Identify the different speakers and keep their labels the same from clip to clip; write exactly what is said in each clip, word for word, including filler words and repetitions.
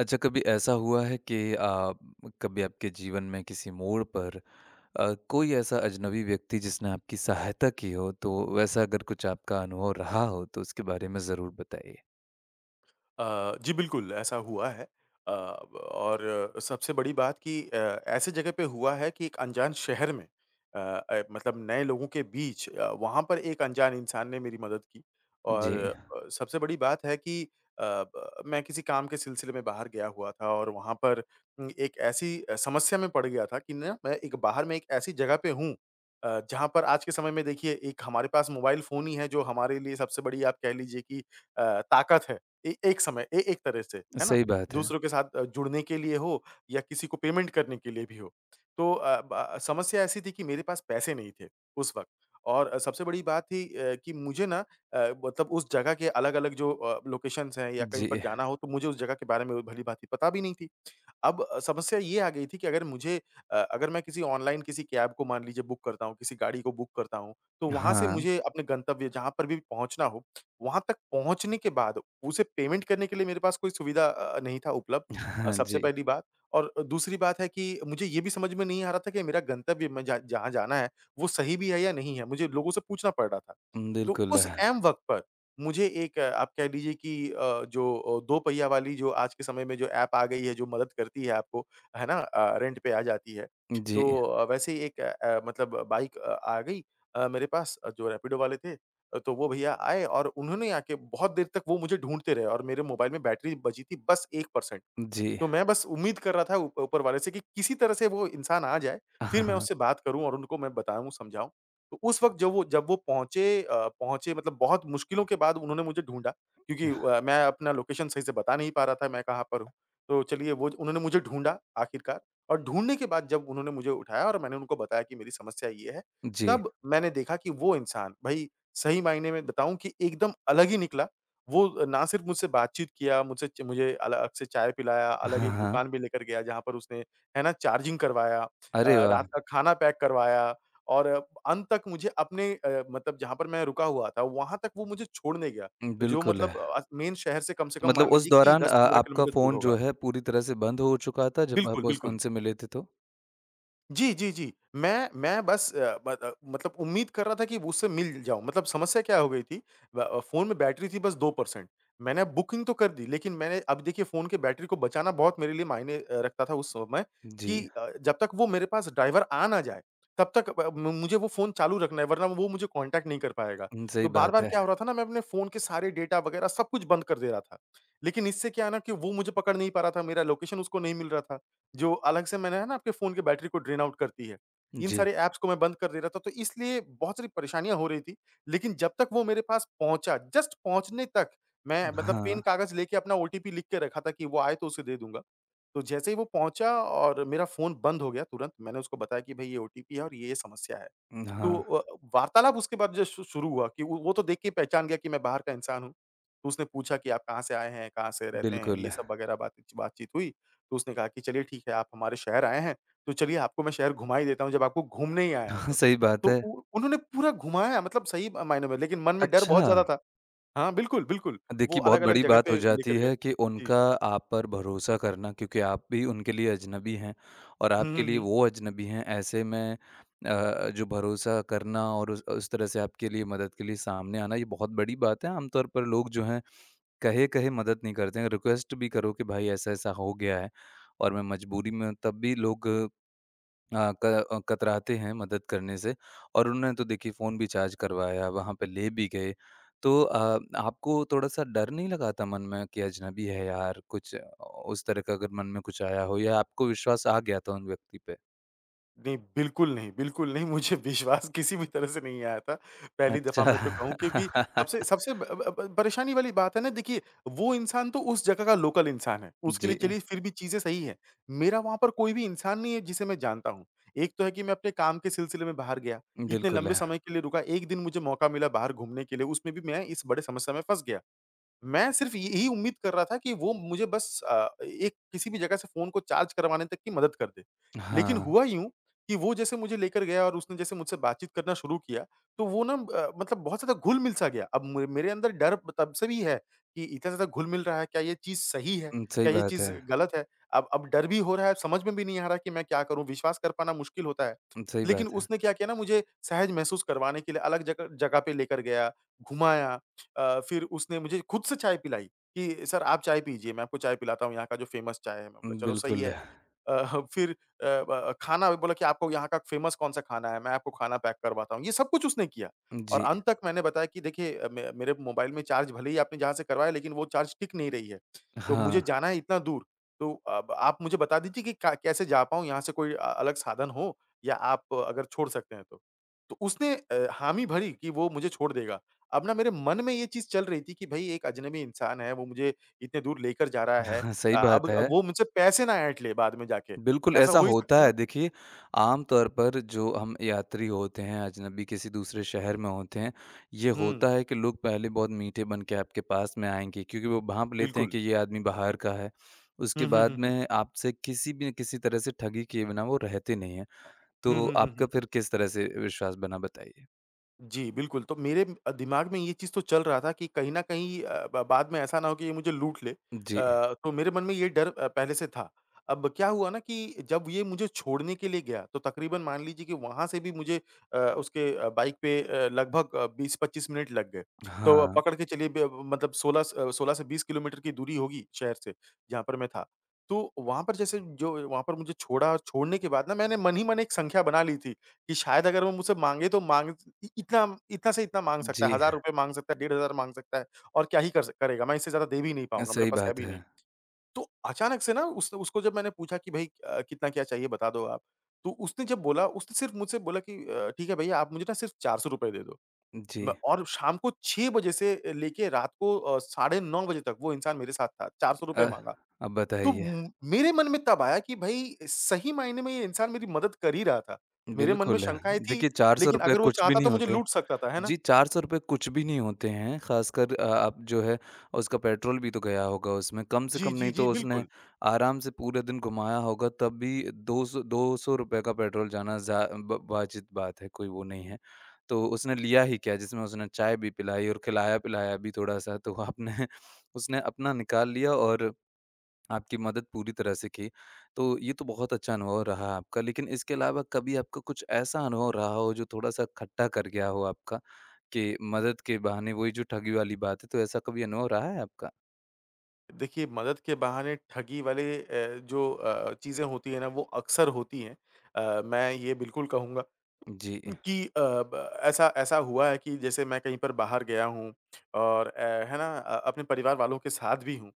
Speaker 1: अच्छा, कभी ऐसा हुआ है कि अ, कभी आपके जीवन में किसी मोड़ पर अ, कोई ऐसा अजनबी व्यक्ति जिसने आपकी सहायता की हो, तो वैसा अगर कुछ आपका अनुभव रहा हो, तो उसके बारे में ज़रूर बताइए?
Speaker 2: अ, जी बिल्कुल, ऐसा हुआ है। अ, ब और सबसे बड़ी बात कि अ, ऐसे जगह पे हुआ है कि एक अनजान शहर में अ अ, मतलब नए लोगों के बीच अ, वहाँ पर एक अनजान इंसान ने मेरी मदद की। और
Speaker 1: जी,
Speaker 2: अ, सबसे बड़ी बात है कि अ, ब मैं किसी काम के सिलसिले में बाहर गया हुआ था और वहाँ पर उम, एक ऐसी अ, समस्या में पड़ गया था कि ना मैं एक बाहर में एक ऐसी जगह पे हूँ अ, जहाँ पर आज के समय में देखिए एक हमारे पास मोबाइल फ़ोन ही है जो हमारे लिए सबसे बड़ी आप कह लीजिए कि अ, ताकत है। ए एक समय ए एक तरह से, है ना?
Speaker 1: सही बात है।
Speaker 2: दूसरों के साथ अ, जुड़ने के लिए हो या किसी को पेमेंट करने के लिए भी हो। तो अ, ब अ, समस्या ऐसी थी कि मेरे पास पैसे नहीं थे उस वक़्त। और अ, सबसे बड़ी बात थी अ, कि मुझे ना अ, मतलब उस जगह के अलग-अलग जो अ, लोकेशंस हैं या कहीं पर
Speaker 1: जी,
Speaker 2: जाना हो तो मुझे उस जगह के बारे में भली-भाँति पता भी नहीं थी। अब अ, समस्या ये आ गई थी कि अगर मुझे अ, अगर मैं किसी ऑनलाइन किसी कैब को मान लीजिए बुक करता हूँ, किसी गाड़ी को बुक करता हूँ, तो वहाँ से
Speaker 1: हाँ,
Speaker 2: मुझे अपने गंतव्य जहाँ पर भी पहुँचना हो, वहाँ तक पहुँचने के बाद उसे पेमेंट करने के लिए मेरे पास कोई सुविधा अ, नहीं था उपलब्ध, अ,
Speaker 1: हाँ
Speaker 2: सबसे
Speaker 1: जी,
Speaker 2: पहली बात। और दूसरी बात है कि मुझे ये भी समझ में नहीं आ रहा था कि मेरा गंतव्य मैं जहाँ जहाँ जाना है, वो सही भी है या नहीं है? मुझे लोगों से पूछना पड़ रहा था। तो
Speaker 1: बिल्कुल।
Speaker 2: उस ऐन वक़्त पर मुझे एक अ, आप कह लीजिए कि अ, जो अ, दो पहिया वाली जो आज के समय में जो ऐप आ गई है, जो मदद करती है आपको, है ना? अ, रेंट पे आ जाती है।
Speaker 1: जी,
Speaker 2: तो अ, वैसे ही एक अ, अ, मतलब बाइक अ, आ गई अ, मेरे पास, अ, जो रैपिडो वाले थे। अ, तो वो भैया आए और उन्होंने आके बहुत देर तक वो मुझे ढूँढते रहे और मेरे मोबाइल में बैटरी बची थी बस वन परसेंट।
Speaker 1: जी,
Speaker 2: तो मैं बस उम्मीद कर रहा था ऊप ऊपर वाले से कि किसी तरह से वो इंसान आ जाए, फिर मैं
Speaker 1: हाँ,
Speaker 2: उससे बात करूँ और उनको मैं बताऊँ, समझाऊँ। तो उस वक़्त जब वो जब वो पहुँचे, अ, पहुँचे मतलब बहुत मुश्किलों के बाद उन्होंने मुझे ढूँढा, क्योंकि
Speaker 1: हाँ,
Speaker 2: अ, मैं अपना लोकेशन सही से बता नहीं पा रहा था, मैं कहाँ पर हूँ। तो चलिए वो उन्होंने मुझे ढूँढा आखिरकार। और ढूँढने के बाद जब उन्होंने मुझे उठाया और मैंने उनको बताया कि मेरी समस्या ये है,
Speaker 1: जी,
Speaker 2: तब मैंने देखा कि वो इंसान भई सही मायने में बताऊँ कि एकदम अलग ही निकला। वो ना सिर्फ़ मुझसे बातचीत किया, मुझसे च मुझे अलग से चाय पिलाया, अलग
Speaker 1: हाँ,
Speaker 2: एक
Speaker 1: हाँ।
Speaker 2: दुकान पे लेकर गया जहाँ पर उसने, है ना, चार्जिंग करवाया, अ,
Speaker 1: अरे वाह!
Speaker 2: रात का खाना पैक करवाया। और अ, अंत तक मुझे अपने अ, मतलब जहाँ पर मैं रुका हुआ था, वहाँ तक वो मुझे छोड़ने गया। जो
Speaker 1: बिल्कुल।
Speaker 2: मतलब
Speaker 1: है।
Speaker 2: अ, मेन शहर से कम से
Speaker 1: तो
Speaker 2: कम
Speaker 1: मतलब
Speaker 2: मान
Speaker 1: उस
Speaker 2: लीजिए कि
Speaker 1: दौरान अ,
Speaker 2: दस पंद्रह
Speaker 1: आपका
Speaker 2: किलोमीटर दूर
Speaker 1: फ़ोन जो
Speaker 2: होगा।
Speaker 1: है पूरी तरह से बंद हो चुका था जब
Speaker 2: बिल्कुल,
Speaker 1: आप उस
Speaker 2: बिल्कुल।
Speaker 1: उनसे मिले थे तो?
Speaker 2: जी, जी, जी। मैं मैं बस अ, ब अ, मतलब उम्मीद कर रहा था कि उससे मिल जाऊँ। मतलब समस्या क्या हो गई थी, ब अ, फ़ोन में बैटरी थी बस टू परसेंट। मैंने बुकिंग तो कर दी, लेकिन मैंने अब देखिए फ़ोन के बैटरी को बचाना बहुत मेरे लिए मायने अ, रखता था उस समय
Speaker 1: जी।
Speaker 2: कि अ, जब तक वो मेरे पास ड्राइवर आ ना जाए, तब तक ब मु मुझे वो फ़ोन चालू रखना है, वरना वो मुझे कॉन्टैक्ट नहीं कर पाएगा।
Speaker 1: हुँ,
Speaker 2: तो
Speaker 1: सही बात
Speaker 2: बार-बार
Speaker 1: है।
Speaker 2: क्या हो रहा था ना, मैं अपने फ़ोन के सारे डेटा वगैरह सब कुछ बंद कर दे रहा था। लेकिन इससे क्या है ना कि वो मुझे पकड़ नहीं पा रहा था, मेरा लोकेशन उसको नहीं मिल रहा था। जो अलग से मैंने है ना आपके फ़ोन की बैटरी को ड्रेन आउट करती है। इन
Speaker 1: जी।
Speaker 2: सारे ऐप्स को मैं बंद कर दे रहा था, तो इसलिए बहुत सारी परेशानियाँ हो रही थी। लेकिन जब तक वो मेरे पास पहुँचा, जस्ट पहुँचने तक मैं मतलब पेन
Speaker 1: हाँ,
Speaker 2: कागज़ लेके अपना ओटीपी लिख के रखा था कि वो आए तो उसे दे दूँगा। तो जैसे ही वो पहुँचा और मेरा फ़ोन बंद हो गया तुरंत, मैंने उसको बताया कि भई ये ओटीपी है और ये, ये समस्या है। तो
Speaker 1: हाँ,
Speaker 2: अ, वार्तालाप उसके बाद जो शु शुरू हुआ कि वो वो तो देख के पहचान गया कि मैं बाहर का इंसान हूँ। तो उसने पूछा कि आप कहाँ से आए हैं, कहाँ से रहते हैं, ये
Speaker 1: बिल्कुल।
Speaker 2: सब वगैरह बात बातचीत हुई। तो उसने कहा कि चलिए ठीक है, आप हमारे शहर आए हैं, तो चलिए आपको मैं शहर घुमा ही देता हूँ जब आपको घूमने ही आए हैं
Speaker 1: हाँ,
Speaker 2: तो।
Speaker 1: सही बात
Speaker 2: तो
Speaker 1: है।
Speaker 2: उ उन्होंने पूरा घुमाया मतलब सही अ, मायने में, लेकिन मन में डर
Speaker 1: अच्छा,
Speaker 2: बहुत ज़्यादा था। हाँ, बिल्कुल, बिल्कुल। वो
Speaker 1: देखिए बहुत
Speaker 2: अलग-अलग
Speaker 1: बड़ी
Speaker 2: जगह
Speaker 1: बात
Speaker 2: पे
Speaker 1: हो जाती
Speaker 2: लेकर गए।
Speaker 1: है कि
Speaker 2: जी।
Speaker 1: उनका आप पर भरोसा करना क्योंकि आप भी उनके लिए अजनबी हैं और
Speaker 2: हुँ,
Speaker 1: आपके
Speaker 2: हुँ,
Speaker 1: लिए
Speaker 2: हुँ।
Speaker 1: वो अजनबी हैं। ऐसे में अ, जो भरोसा करना और उस उस तरह से आपके लिए मदद के लिए सामने आना ये बहुत बड़ी बात है। आमतौर पर लोग जो हैं कहे-कहे मदद नहीं करते हैं। रिक्वेस्ट भी करो कि भाई ऐसा-ऐसा हो गया है और मैं मजबूरी में हूँ तब भी लोग अ, क अ, कतराते हैं मदद करने से और उन्होंने तो देखिए फ़ोन भी चार्ज करवाया, वहाँ पे ले भी गए। तो अ, आपको थोड़ा-सा डर नहीं लगा था मन में कि अजनबी है यार, कुछ आ, उस तरह का अगर मन में कुछ आया हो या आपको विश्वास आ गया था उन व्यक्ति पे?
Speaker 2: नहीं, बिल्कुल नहीं, बिल्कुल नहीं। मुझे विश्वास किसी भी तरह से नहीं आया था, पहली
Speaker 1: अच्छा।
Speaker 2: दफ़ा मैं तो कहूँ क्योंकि सबसे सबसे ब ब ब परेशानी वाली बात है ना देखिए, वो इंसान तो उस जगह का लोकल इंसान है, उसके लिए
Speaker 1: जी,
Speaker 2: चलिए फिर भी चीज़ें सही हैं। मेरा वहाँ पर कोई भी इंसान नहीं है जिसे मैं जानता हूँ। एक तो है कि मैं अपने काम के सिलसिले में बाहर गया, इतने
Speaker 1: बिल्कुल।
Speaker 2: लंबे
Speaker 1: है।
Speaker 2: समय के लिए रुका, एक दिन मुझे मौका मिला बाहर घूमने के लिए, उसमें भी मैं इस बड़े समस्या में फँस गया। मैं सिर्फ़ यही उम्मीद कर रहा था कि वो मुझे बस अ, एक किसी भी जगह से फ़ोन को चार्ज करवाने तक की मदद कर दे। लेकिन
Speaker 1: हाँ,
Speaker 2: हुआ यूँ कि वो जैसे मुझे लेकर गया और उसने जैसे मुझसे बातचीत करना शुरू किया, तो वो ना अ, मतलब बहुत ज़्यादा घुल-मिल सा गया। अब म मेरे अंदर डर तब से भी है कि इतना ज़्यादा घुल-मिल रहा है, क्या ये चीज़ सही है?
Speaker 1: उम, सही
Speaker 2: क्या ये
Speaker 1: बात
Speaker 2: चीज़
Speaker 1: है।
Speaker 2: गलत है? अब अब डर भी हो रहा है, समझ में भी नहीं आ रहा कि मैं क्या करूँ? विश्वास कर पाना मुश्किल होता है।
Speaker 1: सही
Speaker 2: लेकिन
Speaker 1: बात है।
Speaker 2: उसने क्या किया ना मुझे सहज महसूस करवाने के लिए अलग जगह जगह पे लेकर गया, घुमाया। अ, फिर उसने मुझे खुद से चाय पिलाई कि सर आप चाय पीजिए, मैं आपको चाय पिलाता हूँ, यहाँ का जो फ़ेमस चाय है। मैं बोला चलो सही
Speaker 1: बिल्कुल।
Speaker 2: है।
Speaker 1: है
Speaker 2: अ, फिर अ, ब खाना बोला कि आपको यहाँ का फेमस कौन-सा खाना है, मैं आपको खाना पैक करवाता हूँ। ये सब कुछ उसने किया। और
Speaker 1: जी,
Speaker 2: अंत तक मैंने बताया कि देखिए अ, मे मेरे मोबाइल में चार्ज भले ही आपने जहाँ से करवाया लेकिन वो चार्ज टिक नहीं रही है। तो मुझे
Speaker 1: हाँ,
Speaker 2: जाना है इतना दूर, तो अब आप मुझे बता दीजिए कि का कैसे जा पाऊँ यहाँ से, कोई अ, अलग साधन हो या आप अ, अगर छोड़ सकते हैं तो। तो उसने अ, हामी भरी कि वो मुझे छोड़ देगा। अब ना मेरे मन में ये चीज़ चल रही थी कि भई एक अजनबी इंसान है, वो मुझे इतने दूर लेकर जा रहा है,
Speaker 1: हाँ, सही
Speaker 2: अ, अब
Speaker 1: बात है।
Speaker 2: वो मुझसे पैसे ना ऐंठ ले बाद में जाके,
Speaker 1: बिल्कुल,
Speaker 2: ऐसा
Speaker 1: ऐसा
Speaker 2: हो ही सकता
Speaker 1: होता
Speaker 2: है ना?
Speaker 1: है। देखिए, आम तौर पर जो हम यात्री होते हैं, अजनबी किसी दूसरे शहर में होते हैं, ये
Speaker 2: हुँ,
Speaker 1: होता है कि लोग पहले बहुत मीठे बन के आपके पास में आएँगे क्योंकि वो भाँप लेते हैं
Speaker 2: बिल्कुल।
Speaker 1: कि ये आदमी बाहर का है।
Speaker 2: हुँ,
Speaker 1: उसके
Speaker 2: हुँ,
Speaker 1: बाद
Speaker 2: हुँ, हुँ।
Speaker 1: में आपसे किसी भी किसी तरह से ठगी किए बिना वो रहते नहीं हैं।
Speaker 2: हुँ,
Speaker 1: तो
Speaker 2: हुँ,
Speaker 1: आपका
Speaker 2: हुँ, हुँ।
Speaker 1: फिर किस तरह से विश्वास बना, बताइए?
Speaker 2: जी, बिल्कुल, तो मेरे अ, दिमाग में ये चीज़ तो चल रहा था कि कहीं न कहीं अ, ब बाद में ऐसा ना हो कि ये मुझे लूट ले। अ,
Speaker 1: जी।
Speaker 2: तो मेरे मन में ये डर अ, पहले से था। अब क्या हुआ ना कि जब ये मुझे छोड़ने के लिए गया, तो तकरीबन मान लीजिए कि वहाँ से भी मुझे अ, उसके अ, बाइक पे अ, लगभग अ, बीस पच्चीस मिनट लग गए। तो
Speaker 1: हाँ।
Speaker 2: पकड़ के चलिए ब मतलब सोलह स अ, सोलह से बीस किलोमीटर की दूरी होगी शहर से, जहाँ पर मैं था। तो वहाँ पर जैसे जो वहाँ पर मुझे छोड़ा और छोड़ने के बाद ना मैंने मन ही मन एक संख्या बना ली थी कि शायद अगर वो मुझसे माँगे तो माँग इ इतना इतना से इतना माँग सकता है,
Speaker 1: जी,
Speaker 2: ₹हज़ार रुपए माँग सकता है, एक हज़ार पाँच सौ माँग सकता है और क्या ही कर स करेगा? मैं इससे ज़्यादा दे भी नहीं पाऊँगा, मेरे
Speaker 1: सही
Speaker 2: पास है
Speaker 1: बात
Speaker 2: भी
Speaker 1: है।
Speaker 2: नहीं। तो अचानक से ना उस उसको जब मैंने पूछा कि भई अ, कितना क्या चाहिए बता दो आप? तो उसने जब बोला उसने सिर्फ़ मुझसे बोला कि अ, "ठीक है भैया, आप मुझे ना सिर्फ़ ₹चार सौ रुपए दे दो।"
Speaker 1: जी।
Speaker 2: म और शाम को छह बजे से लेके रात को अ, साढ़े नौ बजे तक वो इंसान मेरे साथ था, ₹चार सौ रुपए
Speaker 1: अ,
Speaker 2: माँगा।
Speaker 1: अब
Speaker 2: तो
Speaker 1: बताइए।
Speaker 2: म मेरे मन में तब आया कि भई सही मायने में ये इंसान मेरी मदद कर ही रहा था। मेरे मन में
Speaker 1: बिल्कुल,
Speaker 2: शंकाएँ
Speaker 1: है।
Speaker 2: थी,
Speaker 1: देखिए ₹चार सौ
Speaker 2: लेकिन अगर वो
Speaker 1: कुछ भी
Speaker 2: चाहता
Speaker 1: नहीं
Speaker 2: तो मुझे
Speaker 1: होते।
Speaker 2: लूट सकता था, है ना?
Speaker 1: जी, चार सौ रुपए कुछ भी नहीं होते हैं, ख़ासकर अ, आप जो है उसका पेट्रोल भी तो गया होगा उसमें, कम से
Speaker 2: जी,
Speaker 1: कम
Speaker 2: जी,
Speaker 1: नहीं
Speaker 2: जी,
Speaker 1: तो उसने
Speaker 2: बिल्कुल।
Speaker 1: आराम से पूरे दिन घुमाया होगा तब भी दो सौ ₹दो सौ का पेट्रोल जाना जा ब वाजिब बात है, कोई वो नहीं है। तो उसने लिया ही क्या जिसमें उसने चाय भी पिलाई और खिलाया-पिलाया भी थोड़ा-सा तो आपने उसने अपना निकाल लिया और आपकी मदद पूरी तरह से की। तो ये तो बहुत अच्छा अनुभव रहा आपका, लेकिन इसके अलावा कभी आपका कुछ ऐसा अनुभव रहा हो जो थोड़ा-सा खट्टा कर गया हो आपका? के मदद के बहाने वही जो ठगी वाली बात है, तो ऐसा कभी अनुभव रहा है आपका?
Speaker 2: देखिए मदद के बहाने ठगी वाले अ, जो अ, चीज़ें होती हैं ना वो अक्सर होती हैं। अ, मैं ये बिल्कुल कहूँगा
Speaker 1: जी।
Speaker 2: कि अ, ब ऐसा ऐसा हुआ है कि जैसे मैं कहीं पर बाहर गया हूँ और अ, है ना? अ, अपने परिवार वालों के साथ भी हूँ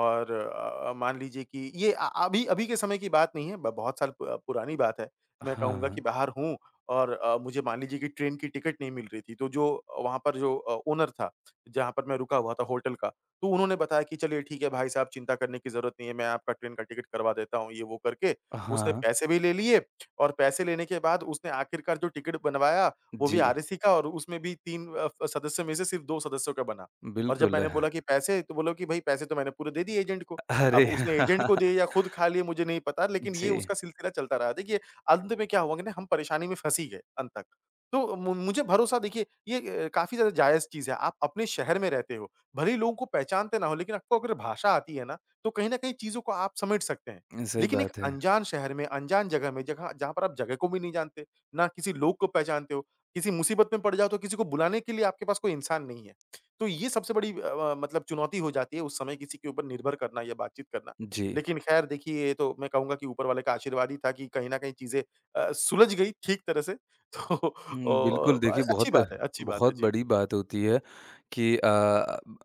Speaker 2: और अ, मान लीजिए कि ये अ, अभी अभी के समय की बात नहीं है, ब बहुत साल पु पुरानी बात है। मैं
Speaker 1: हाँ,
Speaker 2: कहूँगा कि
Speaker 1: हाँ।
Speaker 2: बाहर हूँ और अ, मुझे मान लीजिए कि ट्रेन की टिकट नहीं मिल रही थी, तो जो वहाँ पर जो अ, ओनर था, जहाँ पर मैं रुका हुआ था होटल का, तो उन्होंने बताया कि चलिए ठीक है भाई साहब चिंता करने की ज़रूरत नहीं है, मैं आपका ट्रेन का टिकट करवा देता हूँ, ये वो करके उसने
Speaker 1: हाँ,
Speaker 2: पैसे भी ले लिए और पैसे लेने के बाद उसने आखिरकार जो टिकट बनवाया, वो भी
Speaker 1: जी।
Speaker 2: आरएसी का और उसमें भी तीन अ, फ सदस्य में से सिर्फ़ दो सदस्यों का बना। और जब
Speaker 1: बिल्कुल।
Speaker 2: मैंने बोला कि पैसे? तो बोला कि भई पैसे तो मैंने पूरे दे दिए एजेंट को। अब
Speaker 1: अरे!
Speaker 2: उसने एजेंट को दिए या खुद खा लिए मुझे नहीं पता, लेकिन ये
Speaker 1: जी,
Speaker 2: उसका सिलसिला चलता रहा। देखिए, अंत में क्या हुआ कि ना हम परेशानी में फँस ही गए अंत तक। तो मु मुझे भरोसा देखिए ये अ, काफ़ी ज़्यादा जायज़ चीज़ है। आप अपने शहर में रहते हो, भले ही लोगों को पहचानते ना हो लेकिन आपको अगर भाषा आती है ना, तो कहीं न कहीं चीज़ों को आप समेट सकते हैं।
Speaker 1: सही
Speaker 2: लेकिन एक
Speaker 1: बात है।
Speaker 2: अनजान शहर में, अनजान जगह में, जगह जहाँ पर आप जगह को भी नहीं जानते, ना किसी लोग को पहचानते हो, किसी मुसीबत में पड़ जाओ तो किसी को बुलाने के लिए आपके पास कोई इंसान नहीं है। तो ये सबसे बड़ी अ, व मतलब चुनौती हो जाती है उस समय किसी के ऊपर निर्भर करना या बातचीत करना।
Speaker 1: जी।
Speaker 2: लेकिन ख़ैर देखिए, ये तो मैं कहूँगा कि ऊपर वाले का आशीर्वाद ही था कि कहीं न कहीं चीज़ें अ, सुलझ गई ठीक तरह से। तो
Speaker 1: हुँ, बिल्कुल
Speaker 2: अ,
Speaker 1: देखिए
Speaker 2: अच्छी
Speaker 1: बहुत
Speaker 2: बात है अच्छी बात है।
Speaker 1: बहुत
Speaker 2: जी।
Speaker 1: बड़ी बात होती है कि अ,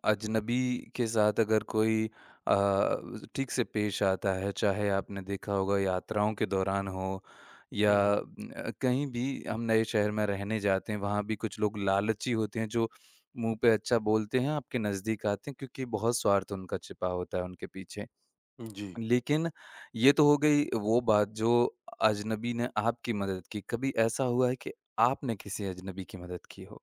Speaker 1: अजनबी के साथ अगर कोई अ, ठीक से पेश आता है, चाहे आपने देखा होगा यात्राओं के दौरान हो या
Speaker 2: हुँ, हुँ।
Speaker 1: अ, कहीं भी हम नए शहर में रहने जाते हैं, वहाँ भी कुछ लोग लालची होते हैं जो मुँह पे अच्छा बोलते हैं, आपके नज़दीक आते हैं क्योंकि बहुत स्वार्थ उनका छिपा होता है उनके पीछे।
Speaker 2: जी।
Speaker 1: लेकिन ये तो हो गई वो बात जो अजनबी ने आपकी मदद की, कभी ऐसा हुआ है कि आपने किसी अजनबी की मदद की हो?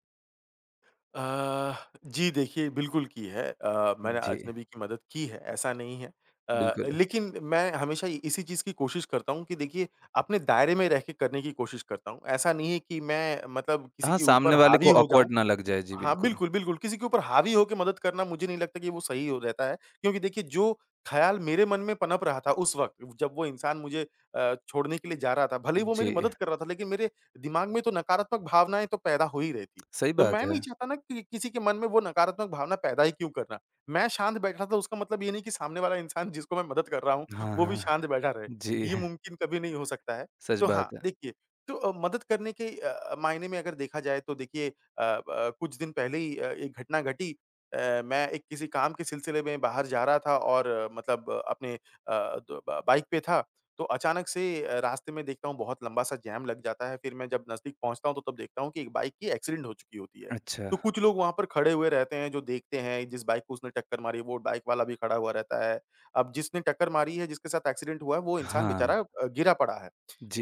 Speaker 2: अ, जी देखिए, बिल्कुल की है। अ, मैंने
Speaker 1: जी,
Speaker 2: अजनबी की मदद की है, ऐसा नहीं है। अ,
Speaker 1: बिल्कुल।
Speaker 2: लेकिन मैं हमेशा ये- इसी चीज़ की कोशिश करता हूँ कि देखिए, अपने दायरे में रह के करने की कोशिश करता हूँ। ऐसा नहीं है कि मैं मतलब किसी
Speaker 1: हाँ,
Speaker 2: के ऊपर
Speaker 1: सामने वाले
Speaker 2: हावी
Speaker 1: को
Speaker 2: हो जाऊँ।
Speaker 1: ऑकवर्ड ना लग जाए, जी
Speaker 2: हाँ,
Speaker 1: बिल्कुल।
Speaker 2: बिल्कुल, बिल्कुल, किसी के ऊपर हावी होके मदद करना मुझे नहीं लगता कि वो सही हो रहता है, क्योंकि देखिए जो ख़्याल मेरे मन में पनप रहा था उस वक़्त, जब वो इंसान मुझे अ, छोड़ने के लिए जा रहा था, भले ही वो मेरी
Speaker 1: जी,
Speaker 2: मदद कर रहा था, लेकिन मेरे दिमाग में तो नकारात्मक भावनाएँ तो पैदा हो ही रही थी।
Speaker 1: सही
Speaker 2: तो
Speaker 1: बात
Speaker 2: मैं नहीं
Speaker 1: है।
Speaker 2: चाहता ना कि किसी के मन में वो नकारात्मक भावना पैदा ही क्यों करना। मैं शांत बैठा था उसका मतलब ये नहीं कि सामने वाला इंसान जिसको मैं मदद कर रहा हूँ,
Speaker 1: हाँ,
Speaker 2: वो भी
Speaker 1: हाँ।
Speaker 2: शांत बैठा रहे,
Speaker 1: जी,
Speaker 2: ये मुमकिन कभी नहीं हो सकता है।
Speaker 1: सच
Speaker 2: तो हाँ,
Speaker 1: बात है।
Speaker 2: देखिए तो अ, मदद करने के अ, मायने में अगर देखा जाए तो देखिए अ, ब कुछ दिन पहले ही अ, एक घटना घटी। अ, मैं एक किसी काम के सिलसिले में बाहर जा रहा था और अ, मतलब अ, अपने अ, द ब बाइक पे था, तो अचानक से अ, रास्ते में देखता हूँ बहुत लंबा-सा जाम लग जाता है, फिर मैं जब नज़दीक पहुँचता हूँ, तो तब देखता हूँ कि एक बाइक की एक्सीडेंट हो चुकी होती है।
Speaker 1: अच्छा,
Speaker 2: तो कुछ लोग वहाँ पर खड़े हुए रहते हैं, जो देखते हैं, जिस बाइक को उसने टक्कर मारी, वो बाइक वाला भी खड़ा हुआ रहता है। अब जिसने टक्कर मारी है, जिसके साथ एक्सीडेंट हुआ है, वो इंसान
Speaker 1: हाँ,
Speaker 2: बेचारा अ, गिरा पड़ा है।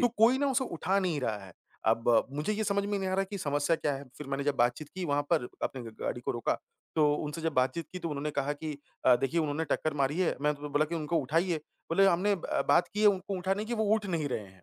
Speaker 2: तो कोई ना उसे उठा नहीं रहा है। अब अ, मुझे ये समझ में नहीं आ रहा कि समस्या क्या है? फिर मैंने जब बातचीत की वहाँ पर अपने ग गाड़ी को रोका, तो उनसे जब बातचीत की तो उन्होंने कहा कि अ, देखिए उन्होंने टक्कर मारी है। मैं तो बोला कि उनको उठाइए। बोले हमने ब बात की है उनको उठाने की, वो उठ नहीं रहे हैं।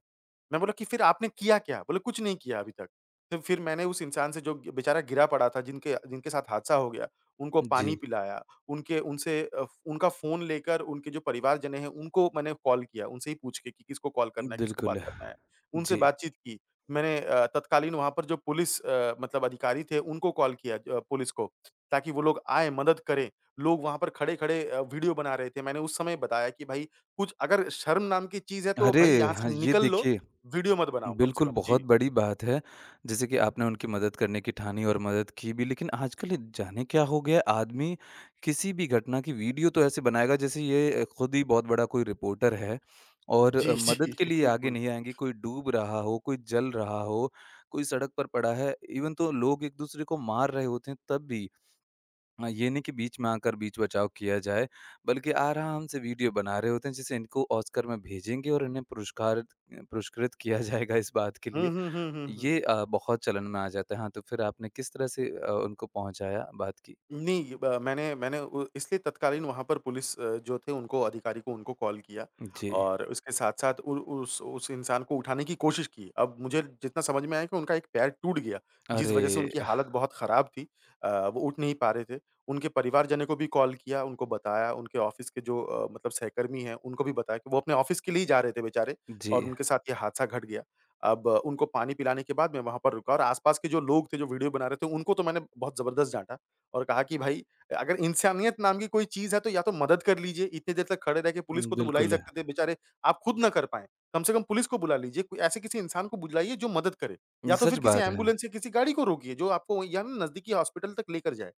Speaker 2: मैं बोला कि फिर आपने किया क्या? बोले कुछ नहीं किया अभी तक। तो फिर मैंने उस इंसान से जो बेचारा गिरा पड़ा था जिनके जिनके साथ हादसा हो गया, उनको पानी
Speaker 1: जी,
Speaker 2: पिलाया। उनके उनसे अ, फ उनका फ़ोन लेकर उनके जो परिवारजन हैं, उनको मैंने कॉल किया, उनसे ही पूछ के कि किसको कॉल करना है, किसको बात
Speaker 1: बिल्कुल।
Speaker 2: करना है। उनसे
Speaker 1: जी,
Speaker 2: बातचीत की। मैंने अ, तत्कालीन वहाँ पर जो पुलिस अ, मतलब अधिकारी थे, उनको कॉल किया अ, पुलिस को, ताकि वो लोग आएँ, मदद करें। लोग वहाँ पर खड़े-खड़े अ, वीडियो बना रहे थे। मैंने उस समय बताया कि भाई कुछ अगर शर्म नाम की चीज़ है तो
Speaker 1: अरे!
Speaker 2: भाई यहाँ
Speaker 1: हाँ,
Speaker 2: से
Speaker 1: ये
Speaker 2: निकल लो,
Speaker 1: देखिए
Speaker 2: वीडियो मत बनाओ कम से
Speaker 1: बिल्कुल,
Speaker 2: कम।
Speaker 1: बहुत
Speaker 2: जी।
Speaker 1: बड़ी बात है। जैसे कि आपने उनकी मदद करने की ठानी और मदद की भी, लेकिन आजकल ये जाने क्या हो गया है, आदमी किसी भी घटना की वीडियो तो ऐसे बनाएगा जैसे ये खुद ही बहुत बड़ा कोई रिपोर्टर है और
Speaker 2: जी,
Speaker 1: अ,
Speaker 2: जी।
Speaker 1: मदद के लिए आगे
Speaker 2: बिल्कुल।
Speaker 1: नहीं आएँगे। कोई डूब रहा हो, कोई जल रहा हो, कोई सड़क पर पड़ा है, इवन तो लोग एक-दूसरे को मार रहे होते हैं तब भी। हाँ, ये नहीं कि बीच में आकर बीच बचाव किया जाए, बल्कि आराम से वीडियो बना रहे होते हैं, जिसे इनको ऑस्कर में भेजेंगे और इन्हें पुरस्कार पुरस्कृत किया जाएगा इस बात के
Speaker 2: हुँ,
Speaker 1: लिए।
Speaker 2: हुँ, हुँ, हुँ, हुँ।
Speaker 1: ये अ, बहुत चलन में आ जाता है। हाँ, तो फिर आपने किस तरह से अ, उनको पहुँचाया बात की?
Speaker 2: नहीं ब मैंने मैंने उ इसलिए तत्कालीन वहाँ पर पुलिस अ, जो थे उनको अधिकारी को उनको कॉल किया
Speaker 1: जी।
Speaker 2: और उसके साथ-साथ उ उस उस इंसान को उठाने की कोशिश की। अब मुझे जितना समझ में आया कि उनका एक पैर टूट गया, जिस वज़ह से
Speaker 1: अरे!
Speaker 2: उनकी हालत बहुत ख़राब थी। अ, वो उठ नहीं पा रहे थे। उनके परिवारजनों को भी कॉल किया, उनको बताया, उनके ऑफ़िस के जो अ, मतलब सहकर्मी हैं, उनको भी बताया कि वो अपने ऑफ़िस के लिए ही जा रहे थे बेचारे
Speaker 1: जी।
Speaker 2: और उनके साथ ये हादसा घट गया। अब अ, उनको पानी पिलाने के बाद मैं वहाँ पर रुका और आस-पास के जो लोग थे, जो वीडियो बना रहे थे, उनको तो मैंने बहुत ज़बरदस्त डाँटा। और कहा कि भाई अगर इंसानियत नाम की कोई चीज़ है तो या तो मदद कर लीजिए, इतनी देर तक खड़े रह के पुलिस को तो बुला ही
Speaker 1: बिल्कुल,
Speaker 2: सकते थे बेचारे, आप खुद ना कर पाएँ। कम से कम पुलिस को बुला लीजिए, कोई ऐसे किसी इंसान को बुलाइए जो मदद करे या तो
Speaker 1: सच
Speaker 2: फिर किसी
Speaker 1: बात है।
Speaker 2: एम्बुलेंस या किसी गाड़ी को रोकिए जो आपको या नज़दीकी हॉस्पिटल तक लेकर जाए।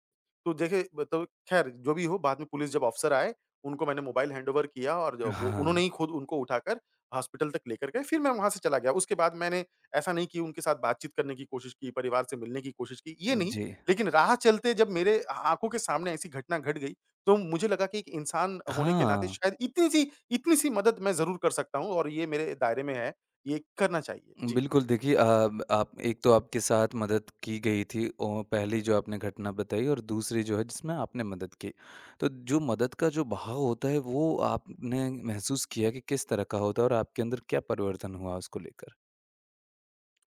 Speaker 2: तो देखिए मतलब ख़ैर जो भी हो बाद में पुलिस जब ऑफ़िसर आए, उनको मैंने मोबाइल हैंडओवर किया और जो वो उन्होंने
Speaker 1: हाँ,
Speaker 2: ही खुद उनको उठाकर हॉस्पिटल तक लेकर गए, फिर मैं वहाँ से चला गया। उसके बाद मैंने ऐसा नहीं कि उनके साथ बातचीत करने की कोशिश की, परिवार से मिलने की कोशिश की, ये नहीं।
Speaker 1: जी।
Speaker 2: लेकिन राह चलते जब मेरे आ आँखों के सामने ऐसी घटना घट गई, तो मुझे लगा कि एक इंसान होने के नाते
Speaker 1: हाँ।
Speaker 2: शायद इतनी-सी इतनी-सी मदद मैं ज़रूर कर सकता हूँ और ये मेरे दायरे में है, ये करना चाहिए। जी।
Speaker 1: बिल्कुल, देखिए अ, आप एक तो आपके साथ मदद की गई थी और पहली जो आपने घटना बताई और दूसरी जो है जिसमें आपने मदद की। तो जो मदद का जो बहाव होता है वो आपने महसूस किया कि किस तरह का होता है और आपके अंदर क्या परिवर्तन हुआ उसको लेकर?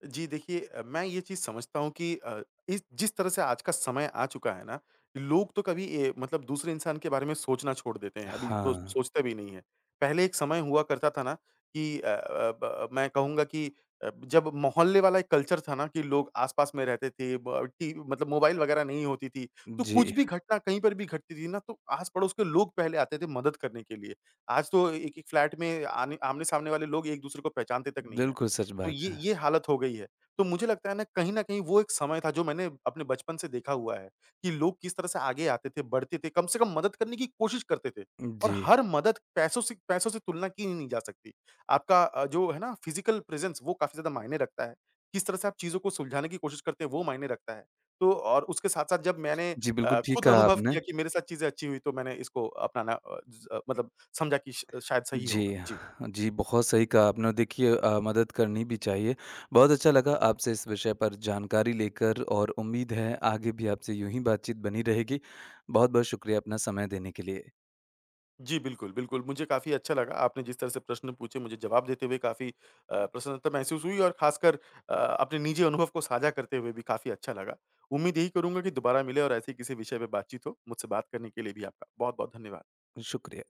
Speaker 2: जी देखिए अ, मैं ये चीज़ समझता हूँ कि अ, इस जिस तरह से आज का समय आ चुका है ना, लोग तो कभी ए, मतलब दूसरे इंसान के बारे में सोचना छोड़ देते हैं, अभी
Speaker 1: हाँ,
Speaker 2: तो सोचते भी नहीं है। पहले एक समय हुआ करता था ना कि अ अ, ब मैं कहूँगा कि अ, जब मोहल्ले वाला एक कल्चर था ना कि लोग आस-पास में रहते थे, ब टी मतलब मोबाइल वगैरह नहीं होती थी, तो कुछ
Speaker 1: जी,
Speaker 2: भी घटना कहीं पर भी घटती थी ना, तो आस-पड़ोस के लोग पहले आते थे मदद करने के लिए। आज तो एक-एक फ्लैट में आने आमने-सामने वाले लोग एक-दूसरे को पहचानते तक नहीं है।
Speaker 1: बिल्कुल सच
Speaker 2: तो
Speaker 1: बात
Speaker 2: ये
Speaker 1: है।
Speaker 2: ये हालत हो गई है। तो मुझे लगता है ना कहीं न कहीं वो एक समय था जो मैंने अपने बचपन से देखा हुआ है, कि लोग किस तरह से आगे आते थे, बढ़ते थे, कम से कम मदद करने की कोशिश करते थे और
Speaker 1: जी,
Speaker 2: हर मदद पैसों से पैसों से तुलना की ही नहीं जा सकती। आपका अ, जो है ना फिज़िकल प्रेज़ेंस वो काफ़ी ज़्यादा मायने रखता है। किस तरह से आप चीज़ों को सुलझाने की कोशिश करते हैं वो मायने रखता है। तो और उसके साथ-साथ जब मैंने
Speaker 1: जी
Speaker 2: अ,
Speaker 1: बिल्कुल ठीक
Speaker 2: खुद
Speaker 1: कहा
Speaker 2: अनुभव
Speaker 1: आपने।
Speaker 2: किया कि मेरे साथ चीज़ें अच्छी हुई तो मैंने इसको अपनाना अ, ज अ, मतलब समझा कि श शायद सही होगा।
Speaker 1: जी,
Speaker 2: जी।
Speaker 1: जी, बहुत सही कहा आपने। और देखिए अ, मदद करनी भी चाहिए। बहुत अच्छा लगा आपसे इस विषय पर जानकारी लेकर और उम्मीद है आगे भी आपसे यूँ ही बातचीत बनी रहेगी। बहुत-बहुत शुक्रिया अपना समय देने के लिए।
Speaker 2: जी, बिल्कुल, बिल्कुल। मुझे काफ़ी अच्छा लगा आपने जिस तरह से प्रश्न पूछे मुझे जवाब देते हुए काफ़ी अ, प्रसन्नता महसूस हुई और ख़ासकर अ, अपने निजी अनुभव को साझा करते हुए भी काफ़ी अच्छा लगा। उम्मीद यही करूँगा कि दोबारा मिले और ऐसे ही किसी विषय पे बातचीत हो। मुझसे बात करने के लिए भी आपका बहुत-बहुत धन्यवाद।
Speaker 1: शुक्रिया।